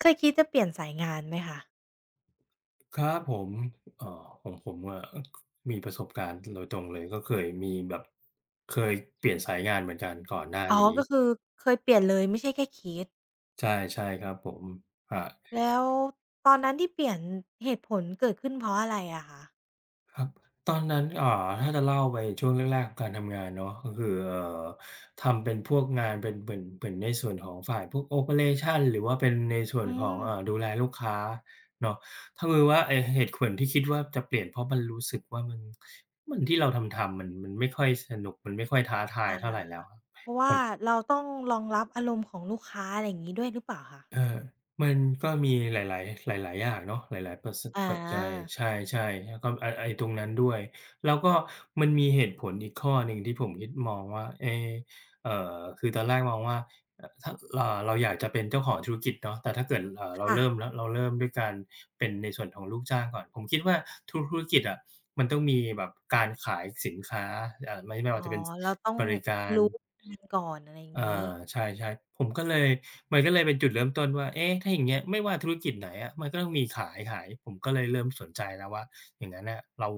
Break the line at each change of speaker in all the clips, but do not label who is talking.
เคยคิดจะเปลี่ยนสายงานไหมคะ
ครับผมเอ่อของผมอะมีประสบการณ์โดยตรงเลยก็เคยมีแบบเคยเปลี่ยนสายงานเหมือนกันก่อนหน้า
อ๋อ
นี้
ก็คือเคยเปลี่ยนเลยไม่ใช่แค่คิด
ใช่ใช่ครับผมครับ
แล้วตอนนั้นที่เปลี่ยนเหตุผลเกิดขึ้นเพราะอะไรอะคะ
ครับตอนนั้นถ้าจะเล่าไปช่วงแรกๆการทำงานเนาะก็คือทำเป็นพวกงานเป็นเหมือนในส่วนของฝ่ายพวกโอเปอเรชันหรือว่าเป็นในส่ว
อื
นของ
ม
ดูแลลูกค้าเนาะถ้าคือว่าไอ้เหตุผลที่คิดว่าจะเปลี่ยนเพราะมันรู้สึกว่ามันที่เราทำๆมันไม่ค่อยสนุกมันไม่ค่อยท้าทาย
ค่ะ
เท่าไรแล้ว
เพราะว่าเราต้องรองรับอารมณ์ของลูกค้าอะไรอย่างงี้ด้วยหรือเปล่าคะ
เออมันก็มีหลายๆ หลายๆอย่างเนาะหลายๆ
อา
ปัจจัยใช่ๆแล้วก็ไอ้ตรงนั้นด้วยแล้วก็มันมีเหตุผลอีกข้อหนึ่งที่ผมคิดมองว่าคือตอนแรกมองว่าเออถ้าเราอยากจะเป็นเจ้าของธุรกิจเนาะแต่ถ้าเกิดเรา
ค่ะ
เริ่มแล้วเราเริ่มด้วยการเป็นในส่วนของลูกจ้างก่อนผมคิดว่าทุกธุรกิจอะมันต้องมีแบบการขายสินค้าไม่
อ๋อ
ว่าจะเป็น
เราต้อง
บริการ
รู้งานก่อนอะไรอย่าง
อ
งี้
าใช่ๆผมก็เลยมันก็เลยเป็นจุดเริ่มต้นว่าเอ๊ะถ้าอย่างเงี้ยไม่ว่าธุรกิจไหนอะมันก็ต้องมีขายผมก็เลยเริ่มสนใจแล้วว่าอย่างงั้นน่ะเรา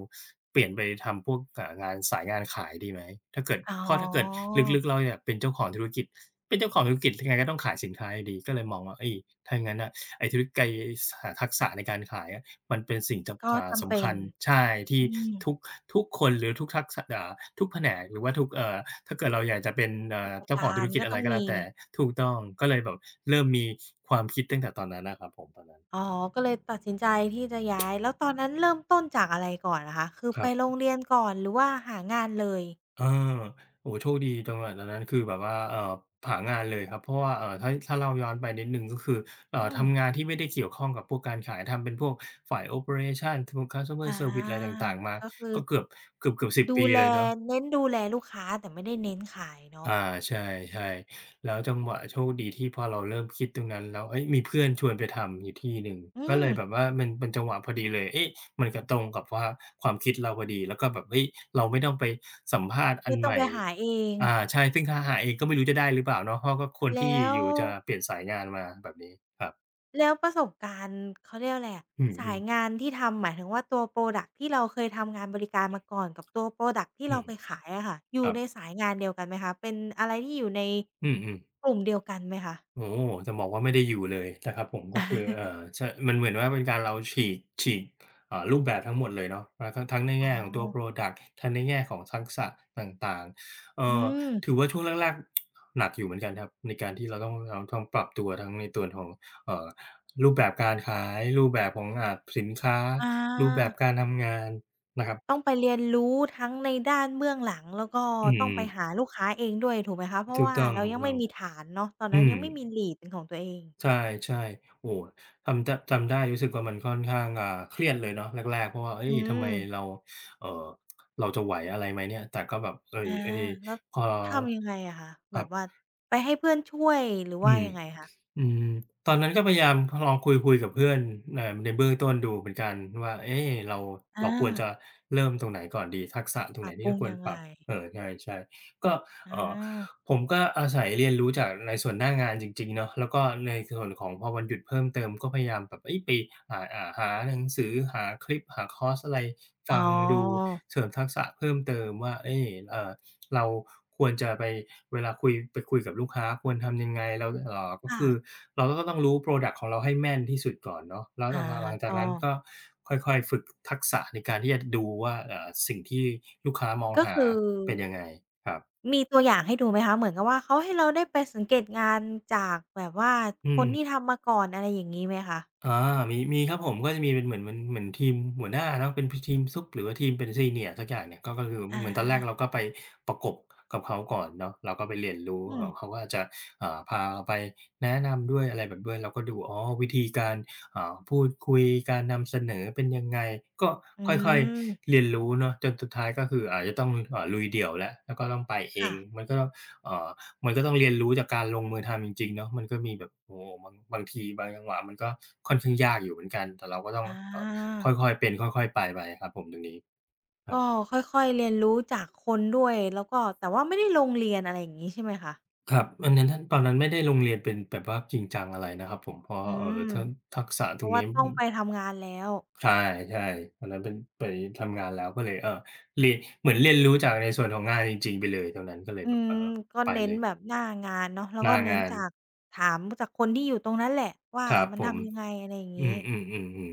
เปลี่ยนไปทำพวกงานสายงานขายดีไหม
อ๋อ
ถ้าเกิดลึกๆเราอยากเป็นเจ้าของธุรกิจเป็นเจ้าของธุรกิจยังไงก็ต้องขายสินค้าอยู่ดีก็เลยมองว่าเฮ้ยถ้างั้นน่ะไอ้ธุรไอ้สหาทักษะในการขายอะ มันเป็นสิ่ง
ก็
จำอ่า
จำ
สำ
เป็
คั
น
ญใช่ที่
อืม
ทุกทุกคนหรือทุกทักษะทุกแผนกหรือว่าทุกถ้าเกิดเราอยากจะเป็น
กิจ
เจ้าของ
กา
ธุ
ร
รกิจ
ก็
อะ
ต้
ไร
อง
ก็แล้ว
มี
แต่ถูกต้องก็เลยแบบเริ่มมีความคิดตั้งแต่ตอนนั้นน่ะครับผมตอนนั้น
อ๋อก็เลยตัดสินใจที่จะย้ายแล้วตอนนั้นเริ่มต้นจากอะไรก่อนอะคะคือ
ค
ไป
รั
โรง
บ
เรียนก่อนหรือว่าหางานเลย
เออโอ้โฮโชคดีจังหวะตอนนั้นคือแบบว่าหางานเลยครับเพราะว่าถ้าเล่าย้อนไปนิดหนึ่งก็คือ
อืม
ทำงานที่ไม่ได้เกี่ยวข้องกับพวกการขายทำเป็นพวกฝ่าย Operation ทำ
อา
Customer Service อะไรต่างๆมา
ก็คือ
ก็เกือบๆสิบ
ดู
ปี
แล
เลยเนาะ
เน้นดูแลลูกค้าแต่ไม่ได้เน้นขายเนาะ
อาใช่ๆแล้วจังหวะโชคดีที่พอเราเริ่มคิดตรงนั้นแล้วเฮ้ยมีเพื่อนชวนไปทำอยู่ที่หนึ่ง
อื
ก็เล
ม
ยแบบว่ามันเป็นจังหวะพอดีเลยเอ๊ะมันก็ตรงกับว่าความคิดเราพอดีแล้วก็แบบเฮ้ยเราไม่ต้องไปสัมภาษณ์อั
ไม่
น
ต้อ
ให
งไป
ม่
หาเอง
อาใช่ซึ่งถ้าหาเองก็ไม่รู้จะได้หรือเปล่าเนาะเพราะก็คนที่
แล้ว
อยู่จะเปลี่ยนสายงานมาแบบนี้ครับ
แล้วประสบการณ์เขาเรียกอะไรอะ
อื
สาย
ม
งา
ๆ
นที่ทำหมายถึงว่าตัวพรอดักต์ที่เราเคยทำงานบริการมาก่อนกับตัวพรอดักต์ที่
อื
เรา
ม
ไปขายอะค่ะอ
ค
ยู่
รับ
ในสายงานเดียวกันไหมคะเป็นอะไรที่อยู่ใน
อืมๆ
กลุ่มเดียวกันไหมคะ
โอ้โฮจะบอกว่าไม่ได้อยู่เลยนะครับผม
อ
ก็คือ
า
ใช่มันเหมือนว่าเป็นการเราฉีกรูปแบบทั้งหมดเลยเนาะแล้วก็ทั้งใน
อ๋อ
แง่ของตัวพรอดักต์ทั้งในแง่ของทักษะต่างๆ
อืม
ถือว่าช่วงแรกๆหนักอยู่เหมือนกันครับในการที่เราต้องปรับตัวทั้งในส่วนของเอ่อรูปแบบการขายรูปแบบของสินค้า
อา
รูปแบบการทำงานนะครับ
ต้องไปเรียนรู้ทั้งในด้านเบื้องหลังแล้วก็
อื
ต้อง
ม
ไปหาลูกค้าเองด้วยถูกไหมคะเพราะ
ถูก
ว่า
ต้อง
เรายังไม่มีฐานเนาะตอน
ๆ
นั้
อื
น
ม
ยังไม่มี lead เป็นของตัวเอง
ใช่ๆโอ้โฮทำจำได้รู้สึกว่ามันค่อนข้างเครียดเลยเนาะแรกๆเพราะว่าเฮ้
อื
ยทำไมเรา
ม
เอ่อเราจะไหวอะไรไหมเนี่ยแต่ก็แบบเอ้ย
อา
ไอย
แล้ว
พอ
ทำยังไงอะคะ
ค
แบ
รั
บ
บ
ว่าไปให้เพื่อนช่วยหรือ
อื
ว่า
ม
ยังไงคะ
อืมตอนนั้นก็พยายามลองคุยๆกับเพื่อนในเบื้องต้นดูเหมือนกันว่าเอ๊ะเรา
อา
ควรจะเริ่มตรงไหนก่อนดีทักษะตรง
ป
ไห
รั
น
บป
ที่
รุง
เราควร
ยัง
ป
ไง
รับเออใช่ๆก็
อ
เอ่อ
า
ผมก็อาศัยเรียนรู้จากในส่วนหน้างานจริงๆเนาะแล้วก็ในส่วนของพอวันหยุดเพิ่มเติมก็พยายามแบบเฮ้ยไปหาหนังสือหาคลิปหาคอร์สอะไร
อ๋
ฟังดู
อ
เสริมทักษะเพิ่มเติมว่าเอ๊ะเราควรจะไปเวลาคุยไปคุยกับลูกค้าควรทำยังไงเราก็
ค่ะ
คือเราก็ต้องรู้พรอดักต์ของเราให้แม่นที่สุดก่อนเนาะแล้วห
อา
ลังหลังจา
ก็
กนั้นก็ค่อยๆฝึกทักษะในการที่จะดูว่าสิ่งที่ลูกค้ามอง
ก็
หา
คือ
เป็นยังไงครับ
มีตัวอย่างให้ดูไหมคะเหมือนกับว่าเขาให้เราได้ไปสังเกตงานจากแบบว่า
อื
คนที่
ม
ทำมาก่อนอะไรอย่างงี้ไหมคะ
อามีมีครับผมก็จะมีเป็นเหมือนทีมหัวหน้าเนาะเป็นพทีมซุปหรือว่าทีมเป็น Senior สักอย่างเนี่ยก็คือ
อา
เหมือนตอนแรกเราก็ไปประกบกับเขาก่อนเนาะเราก็ไปเรียนรู้
อืม
เขาก็อาจจะพาเราไปแนะนำด้วยอะไรแบบด้วยเราก็ดูอ๋อวิธีการพูดคุยการนำเสนอเป็นยังไงก็
อื
ค่อยๆ
ม
เรียนรู้เนาะจนสุดท้ายก็คืออาจจะต้องลุยเดี่ยวแล้วก็ต้องไปเอ
ค่ะ
งมันก็เอ่อ มันก็ต้องเรียนรู้จากการลงมือทำจริงๆเนาะมันก็มีแบบโอ้โฮบางทีบางจังหวะมันก็ค่อนข้างยากอยู่เหมือนกันแต่เราก็ต้อง
อา
ค่อยๆเป็นค่อยๆไปครับผมตรงนี้ครับ
ก็ค่อยๆเรียนรู้จากคนด้วยแล้วก็แต่ว่าไม่ได้ลงเรียนอะไรอย่างงี้ใช่ไหมคะ
ครับอันนั้นท่านตอนนั้นไม่ได้ลงเรียนเป็นแบบว่าจริงจังอะไรนะครับผมเพราะ
อืม
ถ้าทักษะ
เพ
ตร
ราะ
ง
ว่า
นี้
ต้อง
อืม
ไปทำงานแล้ว
ใช่ตอนนั้นเป็นไปทำงานแล้วก็เลยเรียนเหมือนเรียนรู้จากในส่วนของงานจริงๆไปเลยตรงนั้นก็เลย
อื
แบบ
มก็
ไป
เน้น
เลย
แบบหน้างานเนาะแล้ว
ห
ก็
น้า
เน้น
งาน
จากถามจากคนที่อยู่ตรงนั้นแหละว่า
ครับ
มัน
ผม
ทำยังไงอะไรอย่าง
อื
งี้
ม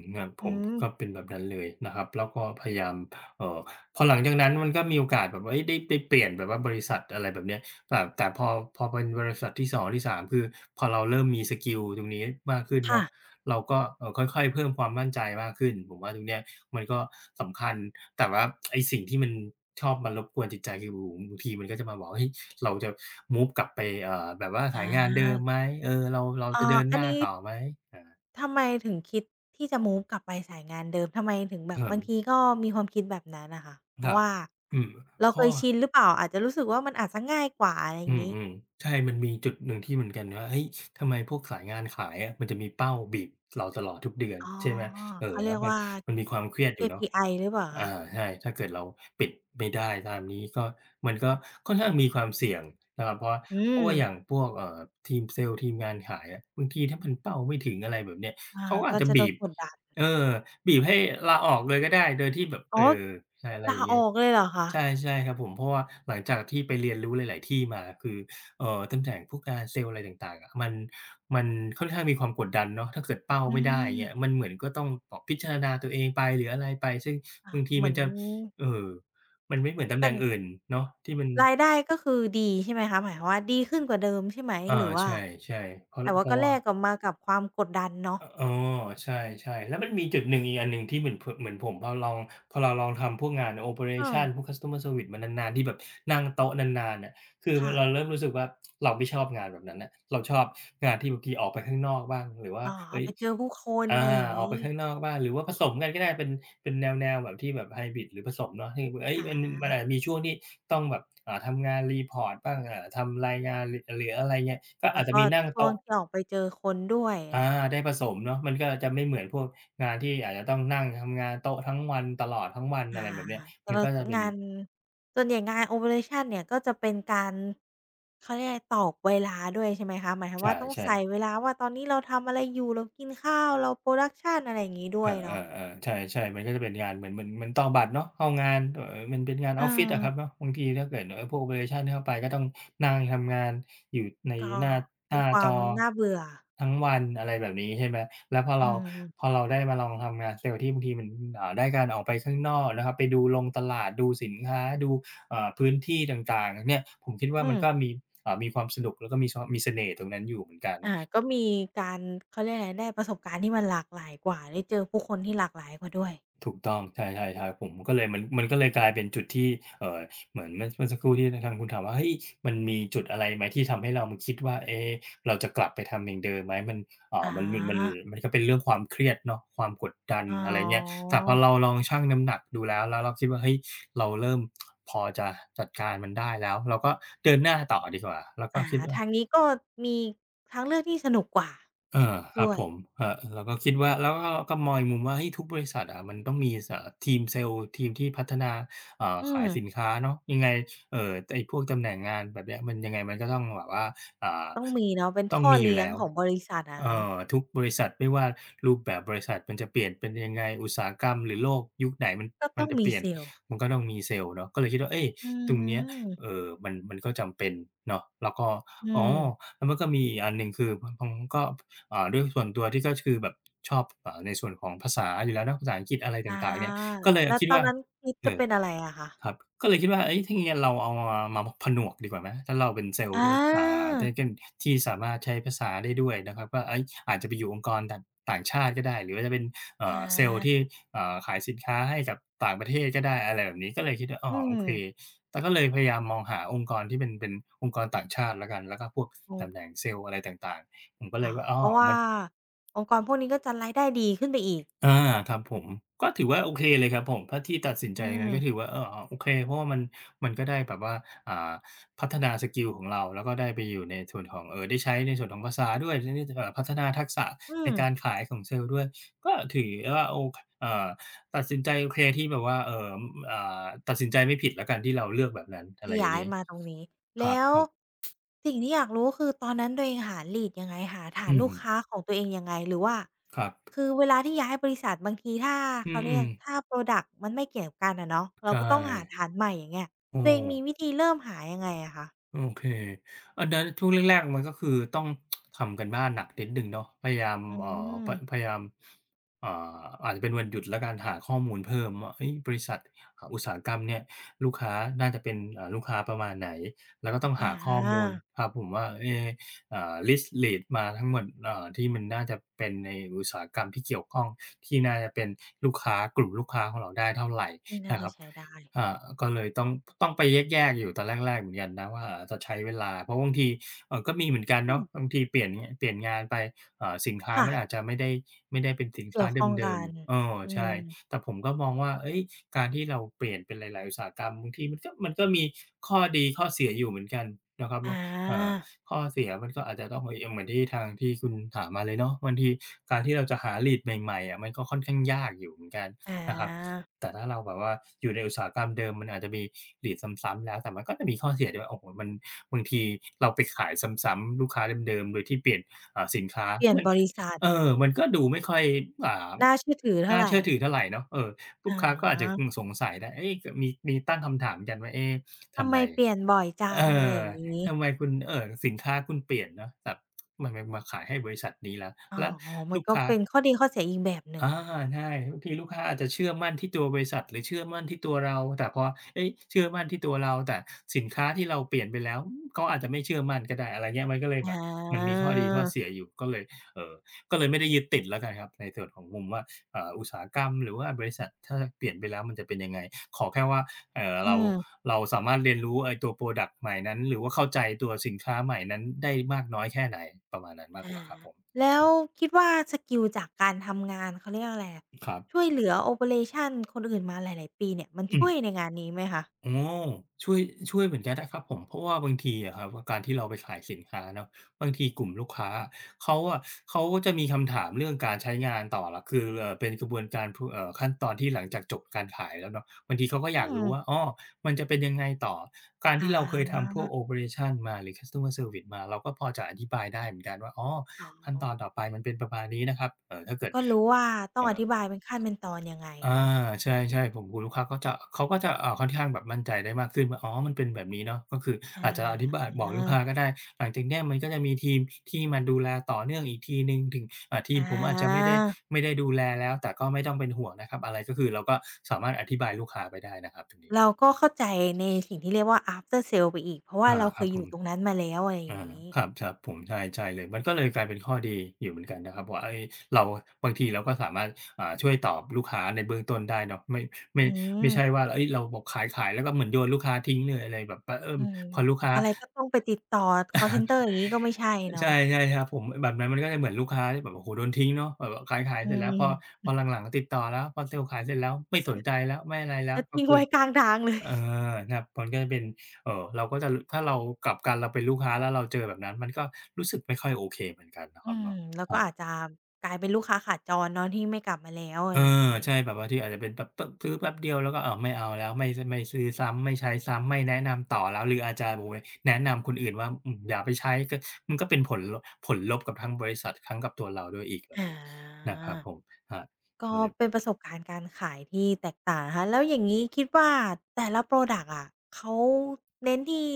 ๆๆๆครับผ
อื
มก็
ม
เป็นแบบนั้นเลยนะครับแล้วก็พยายามเอ่อพอหลังจากนั้นมันก็มีโอกาสแบบว่าเฮ้ยได้เปลี่ยนแบบว่าบริษัทอะไรแบบเนี้ยแต่พอเป็นบริษัทที่สองที่สามคือพอเราเริ่มมีสกิลตรงนี้มากขึ้น
ค่ะ
เนาะเราก็ค่อยๆเพิ่มความมั่นใจมากขึ้นผมว่าตรงเนี้ยมันก็สำคัญแต่ว่าไอ้สิ่งที่มันชอบมารบกวนจิตใจคือโอ้โฮบางทีมันก็จะมาบอกเฮ้ยเราจะมูฟกลับไปแบบว่าสาย
อา
งานเดิมไหมเออเรา
เอ่
จะ
อ
เดิน
อั
ห
น
น้า
นี้
ต่อไหมอา
ทำไมถึงคิดที่จะ move กลับไปสายงานเดิมทำไมถึงแบ
เอ
บบางที
อ
ก็มีความคิดแบบนั้นน่ะค่ะเพ
ค
ราะ
รับ
ว่า
อืม
เรา
เพ
เค
ราะ
ย
ว่า
ชินหรือเปล่าอาจจะรู้สึกว่ามันอาจจะง่ายกว่าอะไรอ
อื
ย่างงี้
มๆใช่มันมีจุดหนึ่งที่เหมือนกันว่าเฮ้ยทำไมพวกสายงานขายอะมันจะมีเป้าบีบเราตลอดทุกเดือน
อ๋อ
ใช่ไหมเออ
เขาเรี
แล้ว
ยก
มัน
ว่า
มันมีความเครียดอยู่เนาะ
KPI หรือเปล่าคะ
อาใช่ถ้าเกิดเราปิดไม่ได้ตามนี้ก็มันก็ค่อนข้างมีความเสี่ยงนะครับเพราะว่า
อื
เพ
ม
ราะว่าอย่างพวกทีมเซลส์ทีมงานขายอะบางทีถ้ามันเป้าไม่ถึงอะไรแบบเนี้ย
อา
เขาก็อา
ก็
จจะ
จะโด
บี
น
บ
กดดัน
เออบีบให้ลาออกเลยก็ได้ โดยที่แบบ
อ๋
เอ
อ
อใช่อะไรอ
ลา
ย่าง
อ
เงี้ย
อกเลยเหรอคะ
ใช่ใช่ครับผมเพราะว่าหลังจากที่ไปเรียนรู้หลายๆที่มาคือตำแหน่งพวกอาเซลส์อะไรต่างๆอะมันค่อนข้างมีความกดดันเนาะถ้าเกิดเป้า
อื
ไม่ได้อย่างเงี้ย
ม
มันเหมือนก็ต้องแบบพิจารณาตัวเองไปหรืออะไรไปซึ่ง
อา
บางที
เหมื
มั
อ
น
น
จะเอ่อมันไม่เหมือนตำแห
แต่
น่งอื่นเนาะที่มัน
รายได้ก็คือดีใช่ไหมคะหมายความว่าดีขึ้นกว่าเดิมใช่ไหมห
อา
รือว่า
ใช่เพราะ
แต่
เพ
ว่าก็
ราะ
แล
ว่า
กกลับมากับความกดดันเนาะ
ออ๋อใช่แล้วมันมีจุดหนึ่งอีกอันหนึ่งที่เหมือนผมพอเราลองทำพวกงานโอเปอเร
เออ
ชันพวก Customer Service มานานๆที่แบบนั่งโต๊ะนานๆน่ะคือ
ค่ะ
เราเริ่มรู้สึกว่าเราไม่ชอบงานแบบนั้นน่ะเราชอบงานที่บางทีออกไปข้างนอกบ้างหรือว่า
อ๋อออก
เฮ้ย
ไปเจอผู้คนอะ
อา
ไรอย่าง
อ
งี้
อกไปข้างนอกบ้างหรือว่าผสมกันก็ได้เป็นแนวๆแบบที่แบบไฮบริดหรือผสมเนาะที่เฮ้ย
อ
มัน
า
อาจมีช่วงที่ต้องแบบทำงาน report บ้างทำรายงานหรืออะไรเงี้ยก็
แล้
อาจ
ว
จะ
ก็
มีนั่ง
ช่วง
โต๊ะ
ที่ออกไปเจอคนด้วยอะ
อา
ไรอย่างงี้
ได้ผสมเนาะมันก็จะไม่เหมือนพวกงานที่อาจจะต้องนั่งทำงานโต๊ะทั้งวันตลอดทั้งวัน
อา
อะไรแบบเนี้ย
แต่
มัน
ว่า
ก็
ค
จะเป็น
งานส่วนใหญ่งานโอเปอเรชันเนี่ยก็จะเป็นการเขาเรียกอะไรตอกเวลาด้วยใช่ไหมคะหมายควา
ใ
มว่าต้อง
ช่
ใส่
ๆ
เวลาว่าตอนนี้เราทำอะไรอยู่เรากินข้าวเราโพรดักชันอะไรอย่างงี้ด้
เอ
วยเนาะ
อๆๆใช่ๆมันก็จะเป็นงานเหมือนต่อกบัตรเนาะเอางานมันเป็นงาน
เออ
ออฟฟิศอะครับเนาะบางทีถ้าเกิดพวก operation เข้าไปก็ต้องนั่งทำงานอยู่ใน
ก็
หน้าห
เป็น
น้า
ค
จ
วา
อ
มน่าเบื่อ
ทั้งวันอะไรแบบนี้ใช่ไหมแล้วพอ
อื
เราพอ
ม
เราได้มาลองทำงานเซลส์ที่บางทีมันได้การออกไปข้างนอกนะครับไปดูโรงตลาดดูสินค้าดูพื้นที่ต่างๆเนี่ยผมคิดว่า
อื
มัน
ม
ก็มีมีความสนุกแล้วก็มีเสน่ห์ตรงนั้นอยู่เหมือนกัน
อ่าก็มีการเขาเรียกอะไรได้ประสบการณ์ที่มันหลากหลายกว่าได้เจอผู้คนที่หลากหลายกว่าด้วย
ถูกต้องใช่ๆๆผมก็เลยมันก็เลยกลายเป็นจุดที่เอ่อเหมือนเมื่อสักครู่ที่ทางคุณถามว่าเฮ้ยมันมีจุดอะไรไหมที่ทำให้เรามาคิดว่าเอ๊เราจะกลับไปทำอย่างเดิมไหมมันเอ่อ
อา
มันมันมันมันก็เป็นเรื่องความเครียดเนาะความกดดัน
อ๋อ
อะไรเงี้ยแต่พอเราลองชั่งน้ำหนักดูแล้วเราคิดว่าเฮ้ยเราเริ่มพอจะจัดการมันได้แล้วเราก็เดินหน้าต่อดีกว่าแล้วก็
อ่า
คิดว่า
ทางนี้ก็มีทางเลือกที่สนุกกว่า
เออครั
ด้
บ
วย
ผมเออเราก็คิดว่าแล้วก็มองอีกมุมว่าเฮ้ยทุกบริษัทอะมันต้องมีสทีมเซลส์ทีมที่พัฒนา
อื
ขา
ม
ยสินค้าเนาะยังไงไอ้พวกตำแหน่งงานแบบเนี้ยมันยังไงมันก็ต้องแบบว่าอ่า
ต้องมีเนาะ เป็น
ต้อง
ท่อ
มีอยู่
เลี้ยง
แล้ว
ของบริษัทอะเนาะ
ทุกบริษัทไม่ว่ารูปแบบบริษัทมันจะเปลี่ยนเป็นยังไงอุตสาหกรรมหรือโลกยุคไหนมัน
ก็
มั
ต้
น
อง
จะ
มี
เปลี่ย
เซ
น
ลส์
มันก็ต้องมีเซลส์เนาะก็เลยคิดว่าเอ๊ย
อื
ตรงเนี้ย
ม
มันก็จำเป็นเนาะแล้วก็
อื
อ๋
ม
อแล้วมันก็มีอีกอันหนึ่งคือมันมันก็ ด้วยส่วนตัวที่ก็คือแบบชอบในส่วนของภาษาอยู่แล้วเนาะภาษาอังกฤษอะไร
อา
ต่างๆเนี่ยก็เลย
แล้ว
คิด
ตอน
ว่า
นั้นคิด
เอ
จะ
อ
เป็นอะไรอะคะ
ครับก็เลยคิดว่าเฮ้ยถ้าอย่างเงี้ยเราเอามาผนวกดีกว่าไหมถ้าเราเป็นเซล
อ
ล์ด้วย
า
ได้เก้นที่สามารถใช้ภาษาได้ด้วยนะครับว่าเฮ้ยอาจจะไปอยู่องค์กรต่างต่างชาติก็ได้หรือว่าจะเป็น
อ
เซลล์ที่
า
ขายสินค้าให้กับต่างประเทศก็ได้อะไรแบบนี้ก็เลยคิดว่าอ๋
อื
อโอ
ม
เคแต่ก็เลยพยายามมองหาองค์กรที่เป็นองค์กรต่างชาติแล้วกันแล้วก็พวก
อ
ตำแห
ง
น่งเซลล์อะไรต่างๆผมก็เล
อ๋อ
ยว่าอ้
เพ
อ
ราะว่า
มัน
องค์กรพวกนี้ก็จะรายได้ดีขึ้นไปอีก
อาครับผมก็ถือว่าโอเคเลยครับผมถ้าที่ตัดสิน
อื
ใจอย่าง
ม
นั้นก็ถือว่าเออโอเคเพราะว่ามันมันก็ได้แบบว่าอ่าพัฒนาสกิลของเราแล้วก็ได้ไปอยู่ในส่วนของได้ใช้ในส่วนของภาษาด้วยได้พัฒนาทักษะ
อื
ใน
ม
การขายของเซลส์ด้วยก็ถือว่าโอเอ่อตัดสินใจโอเคที่แบบว่าอ่าตัดสินใจไม่ผิดแล้วกันที่เราเลือกแบบนั้นอะ
ที่
ไรอย่า
ย้า
ง
ย
งี้
มาตรงนี้
ครับ
แล้ว
ครับ
สิ่งที่อยากรู้คือตอนนั้นตัวเองหา lead ยังไงหาฐาน
อื
ลู
ม
กค้าของตัวเองยังไงหรือว่า
ครับ
คือเวลาที่ย้ายบริษัทบางทีถ้า
อื
เขาเรีย
ม
กถ้าพรักต์มันไม่เกี่ยวกันอะเนาะ
ๆ
เรา
ใช่
ก็ต้องหาฐานใหม่อย่างเงี้ย
เออ
ตัวเองมีวิธีเริ่มหายังไงอะคะ
โอเคอันนั้นช่วงแรกๆมันก็คือต้องทำกันบ้านหนักนิดหนึ่งเนาะพยายาม
อืม
พพยายามอ่อาจจะเป็นวันหยุดแล้วกันหาข้อมูลเพิ่มว่าเฮ้ยบริษัทอุตสาหกรรมเนี่ยลูกค้าน่าจะเป็นลูกค้าประมาณไหนแล้วก็ต้อง
อ
หาข้อมูล
า
ครับผมว่าเอ๊ลิสต์ Lead มาทั้งหมดที่มันน่าจะเป็นในอุตสาหกรรมที่เกี่ยวข้อง ที่น่าจะเป็นลูกค้ากลุ่มลูกค้าของเราได้เท่าไร
นี่น่า
นะค
จะ
รับ
ใช้ได้
ก็เลยต้องไปแยกๆอยู่ตอนแรกๆเหมือนกันนะว่าจะใช้เวลาเพราะบางทีก็มีเหมือนกัน
อืม
เนาะบางทีเปลี่ยนงานไปสินค้า
ค่ะ
มันอาจจะไม่ได้ไม่ได้เป็นสิน
เกี่
ค้า
ยวข้อง
เดิ
กั
ม
น
ๆเออ
อื
ใช่
ม
แต่ผมก็มองว่าเฮ้ยการที่เราเปลี่ยนเป็นหลายๆอุตสาหกรรมบางทีมันก็มีข้อดีข้อเสียอยู่เหมือนกันนะครับ
อ
ว่าเอ่อ
า
ข้อเสียมันก็อาจจะต้องเฮ้ยเหมือนที่คุณถามมาเลยเนาะบางทีการที่เราจะหา lead ใหม่ๆอะมันก็ค่อนข้างยากอยู่เหมือนกัน
อ
นะครับ
า
แต่ถ้าเราแบบว่าอยู่ในอุตสาหกรรมเดิมมันอาจจะมี lead ซ้ำๆแล้วแต่มันก็จะมีข้อเสียด้วยโอ้โฮมันบางทีเราไปขายซ้ำๆลูกค้าเดิมๆโดยที่เปลี่ยนสินค้า
เปลี่ยน
มัน
บริษัท
เออมันก็ดูไม่ค่อยอ่า
น่าเชื่อถือเท่า
น่า
ไร
เชื่อถือเท่าไรเนาะเออลู
อ๋
กค้าก็อาจจะอื
อ
มสงสัยได้เอ๊ะกมีตั้งคำถามกันว่าเอ๊ะ
ทำ
ทำ
ไม
ไม
เปลี่ยนบ่อยจั
เอ
งอะไรอ
อ
ย่างงี้
ทำไมคุณสินค้าคุณเปลี่ยนเนาะแบบทำไมมาขายให้บริษัทนี้แล้ว
อ๋อ
แล้ว
มัน
ลูก
ก็
ค้า
เป็นข้อดีข้อเสียอีกแบบหนึ่ง
อาใช่บางทีลูกค้าอาจจะเชื่อมั่นที่ตัวบริษัทหรือเชื่อมั่นที่ตัวเราแต่พอเอ๊ยเชื่อมั่นที่ตัวเราแต่สินค้าที่เราเปลี่ยนไปแล้วอืมเขาอาจจะไม่เชื่อมั่นก็ได้อะไรเงี้ยมันก็เลย
อ
แบบมันมีข้อดีข้อเสีย
า
อยู่ก็เลยเอ่อก็เลยไม่ได้ยึดติดแล้วกันครับในส่วนของมุมว่าอุตสาหกรรมหรือว่าบริษัทถ้าเปลี่ยนไปแล้วมันจะเป็นยังไงขอแค่ว่าเอ่อ
อื
เรา
ม
เราสามารถเรียนรู้ไอ้ตัวพรอดักต์ใหม่นั้นหรือว่าเข้าใจตัวสินค้าใหม่นั้นได้มากน้อยแค่ไหนประมาณนั้นมาก
อา
กว่าครับผม
แล้วคิดว่าสกิลจากการทำงานเขาเรียกอะไรอะ
ครับ
ช่วยเหลือโอเปอเรชันคนอื่นมาหลายๆปีเนี่ย มัน
อืม
ช่วยในงานนี้ไหมคะ
อ๋อช่วยเหมือนกันนะครับผมเพราะว่าบางทีอะครับการที่เราไปขายสินค้าเนาะบางทีกลุ่มลูกค้าอะเขาอะเขาก็จะมีคำถามเรื่องการใช้งานต่อล่ะคือเป็นกระบวนการพขั้นตอนที่หลังจากจบการขายแล้วเนาะบางทีเขาก็
อื
อยากรู้ว่า
ม
อ้อมันจะเป็นยังไงต่อการ
อ
ที่เราเคยทำพ
า
วกโอเปอเรชันมาหรือ Customer Service มาเราก็พอจะอธิบายได้เหมือนกันว่าอ๋อ
อ๋อ
ขั้นตอนต่อไปมันเป็นประมาณนี้นะครับถ้าเกิด
ก็รู้ว่าต้อง
เอ่
อ
อ
ธิบายเป็นขั้นเป็นตอนยังไง
อา
เนาะ
ใช่ๆผมโอ้โฮลูกค้าก็จะเขาก็จะค่อนข้างแบบมั่นใจได้มากขึ้นว่าอ๋อมันเป็นแบบนี้เนาะก็คือ
อ
อาจจะอธิบา
า
ยบอกลูกค้าก็ได้หลังจากเนี้ยมันก็จะมีทีมที่มาดูแลต่อเนื่องอีกทีหนึ่งถึงอ่าที
อ
มผมอาจจะไม่ได้
า
ดูแลแล้วแต่ก็ไม่ต้องเป็นห่วงนะครับอะไรก็คือเราก็สามารถอธิบายลูกค้าไปได้นะครับตรงนี้
เราก็เข้าใจในสิ่งที่เรียกว่า After Sales ไปอีกเพราะว่า
อา
เรา
ค
เค
รับ
ย
ผ
อยู่
ม
ตรงนั้นมาแล้วอะไรอ
อา
ย่างงี้
ครับครับ ผมใช่ใช่เลยมันก็เลยกลายเป็นข้อดีอยู่เหมือนกันนะครับว่าเฮ้ยเราบางทีเราก็สามารถอ่าช่วยตอบลูกค้าในเบื้องต้นได้เนาะไม่ไม่
อื
ไม่ใช่
ม
ว่าเฮ้ยเราบอกขายๆแล้วก็เหมือนโยนลูกค้าทิ้งเลยอะไรแบบว่าเออ
อืม
พอลูกค้า
อะไรก็ต้องไปติดต่อคอลเซนเตอร์อย่างงี้ก็ไม่ใช่เนาะ
ใช่ใช่ครับผมแบบนั้นมันก็จะเหมือนลูกค้าที่แบบโอ้โฮโดนทิ้งเนาะแบบว่าขาย
อื
ๆเสร็จแล้วพอ
ม
พอหลังๆติดต่อแล้วพอเซลส์ขายเสร็จแล้วไม่สนใจแล้วไม่อะไรแล้
แล้
ว
ว
ก็
ทิ้ง
คือ
ไว้กลางทางเลย
เออครับมันก็จะเป็นเราก็จะรถ้าเรากลับกันเราเป็นลูกค้าแล้วเราเจอแบบนั้นมันก็รู้สึกไม่ค่อยโอเคเหมือนกันนะค
อื
รับ
ม
เนาะ
แล้ว
ค
ก็
รั
อาจ
บ
จะกลายเป็นลูกค้าขาจรเนาะที่ไม่กลับมาแล้วอะ
เอ
ไร
อ
อย่างงี้
ใช่แบบบางทีอาจจะเป็นแบบปึ๊บซื้อแป๊บเดียวแล้วก็อ้าวไม่เอาแล้วไม่ซไม่ซื้อซ้ำไม่ใช้ซ้ำไม่แนะนำต่อแล้วหรืออาจจะโอ้โฮแนะนำคนอื่นว่าอืมอย่าไปใช้ก็มันก็เป็นผลลบกับทั้งบริษัททั้งกับตัวเราด้วยอีกแบบ
อา
นี้นะครับผมครับ
ก็
ก็เลย
เป็นประสบการณ์การขายที่แตกต่างนะคะแล้วอย่างงี้คิดว่าแต่ละพรอดักต์อะเขาเน้นที่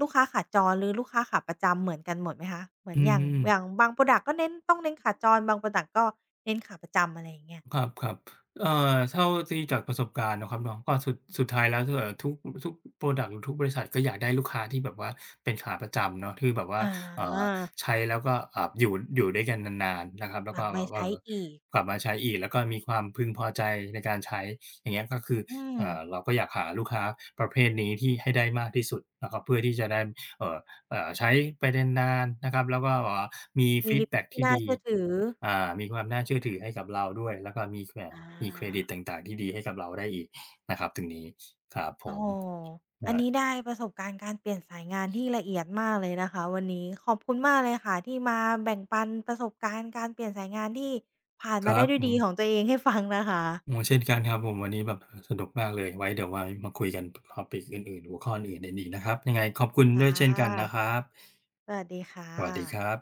ลูกค้าขาจรหรือลูกค้าขาประจำเหมือนกันหมดไหมคะเหมือน
อื
อย่าง
ม
บางพรอดักต์ก็เน้นต้องเน้นขาจรบางพรอดักต์ก็เน้นขาประจำอะไรอย่างเงี้ย
ครับครับเท่าที่จากประสบการณ์เนาะครับเนาะก็สุดท้ายแล้วทุกทุกพรอดักต์หรือทุกบริษัทก็อยากได้ลูกค้าที่แบบว่าเป็นขาประจำเนาะที่แบบว่า
อา
เอ่อใช้แล้วก็อ่าอยู่ด้วยกันนานๆนะครับ
ก
แล้ว
ลั
ก็
บ
แบ
มา
บ
ใช้อีก
กลับมาใช้อีกแล้วก็มีความพึงพอใจในการใช้อย่างเงี้ยก็คือ
อืม
เราก็อยากหาลูกค้าประเภทนี้ที่ให้ได้มากที่สุดนะครับเพื่อที่จะได้เอ่อ ใช้ไปนานๆนะครับแล้วก็แบบว่ามี
มี
ฟี
รี
ด
วิ
แบ็
ว
ก
ที่
ที่
น่า
ดี
เชื่อถือ
อ่ามีความน่าเชื่อถือให้กับเราด้วยแล้วก็มี
อา
มีเครดิตต่างๆที่ดีให้กับเราได้อีกนะครับตรงนี้ครับผ
โอ้
ม
โฮอัน
อา
นี้ได้ประสบการณ์การเปลี่ยนสายงานที่ละเอียดมากเลยนะคะวันนี้ขอบคุณมากเลยค่ะที่มาแบ่งปันประสบการณ์การเปลี่ยนสายงานที่ผ่าน
ค
มา
รั
ได้
บ
ด้วย
อื
ดี
ม
ของตัวเองให้ฟังนะคะ
โอ้เช่นกันครับผมวันนี้แบบเออสนุกมากเลยไว้เดี๋ยวไว้มาคุยกัน topic อื่นๆหัวข้ออื่นๆอีกนะครับยังไงขอบคุณ
ค่ะ
ด้วยเช่นกันนะครับ
สวัสดีค่
สวัสดีครับ
ะ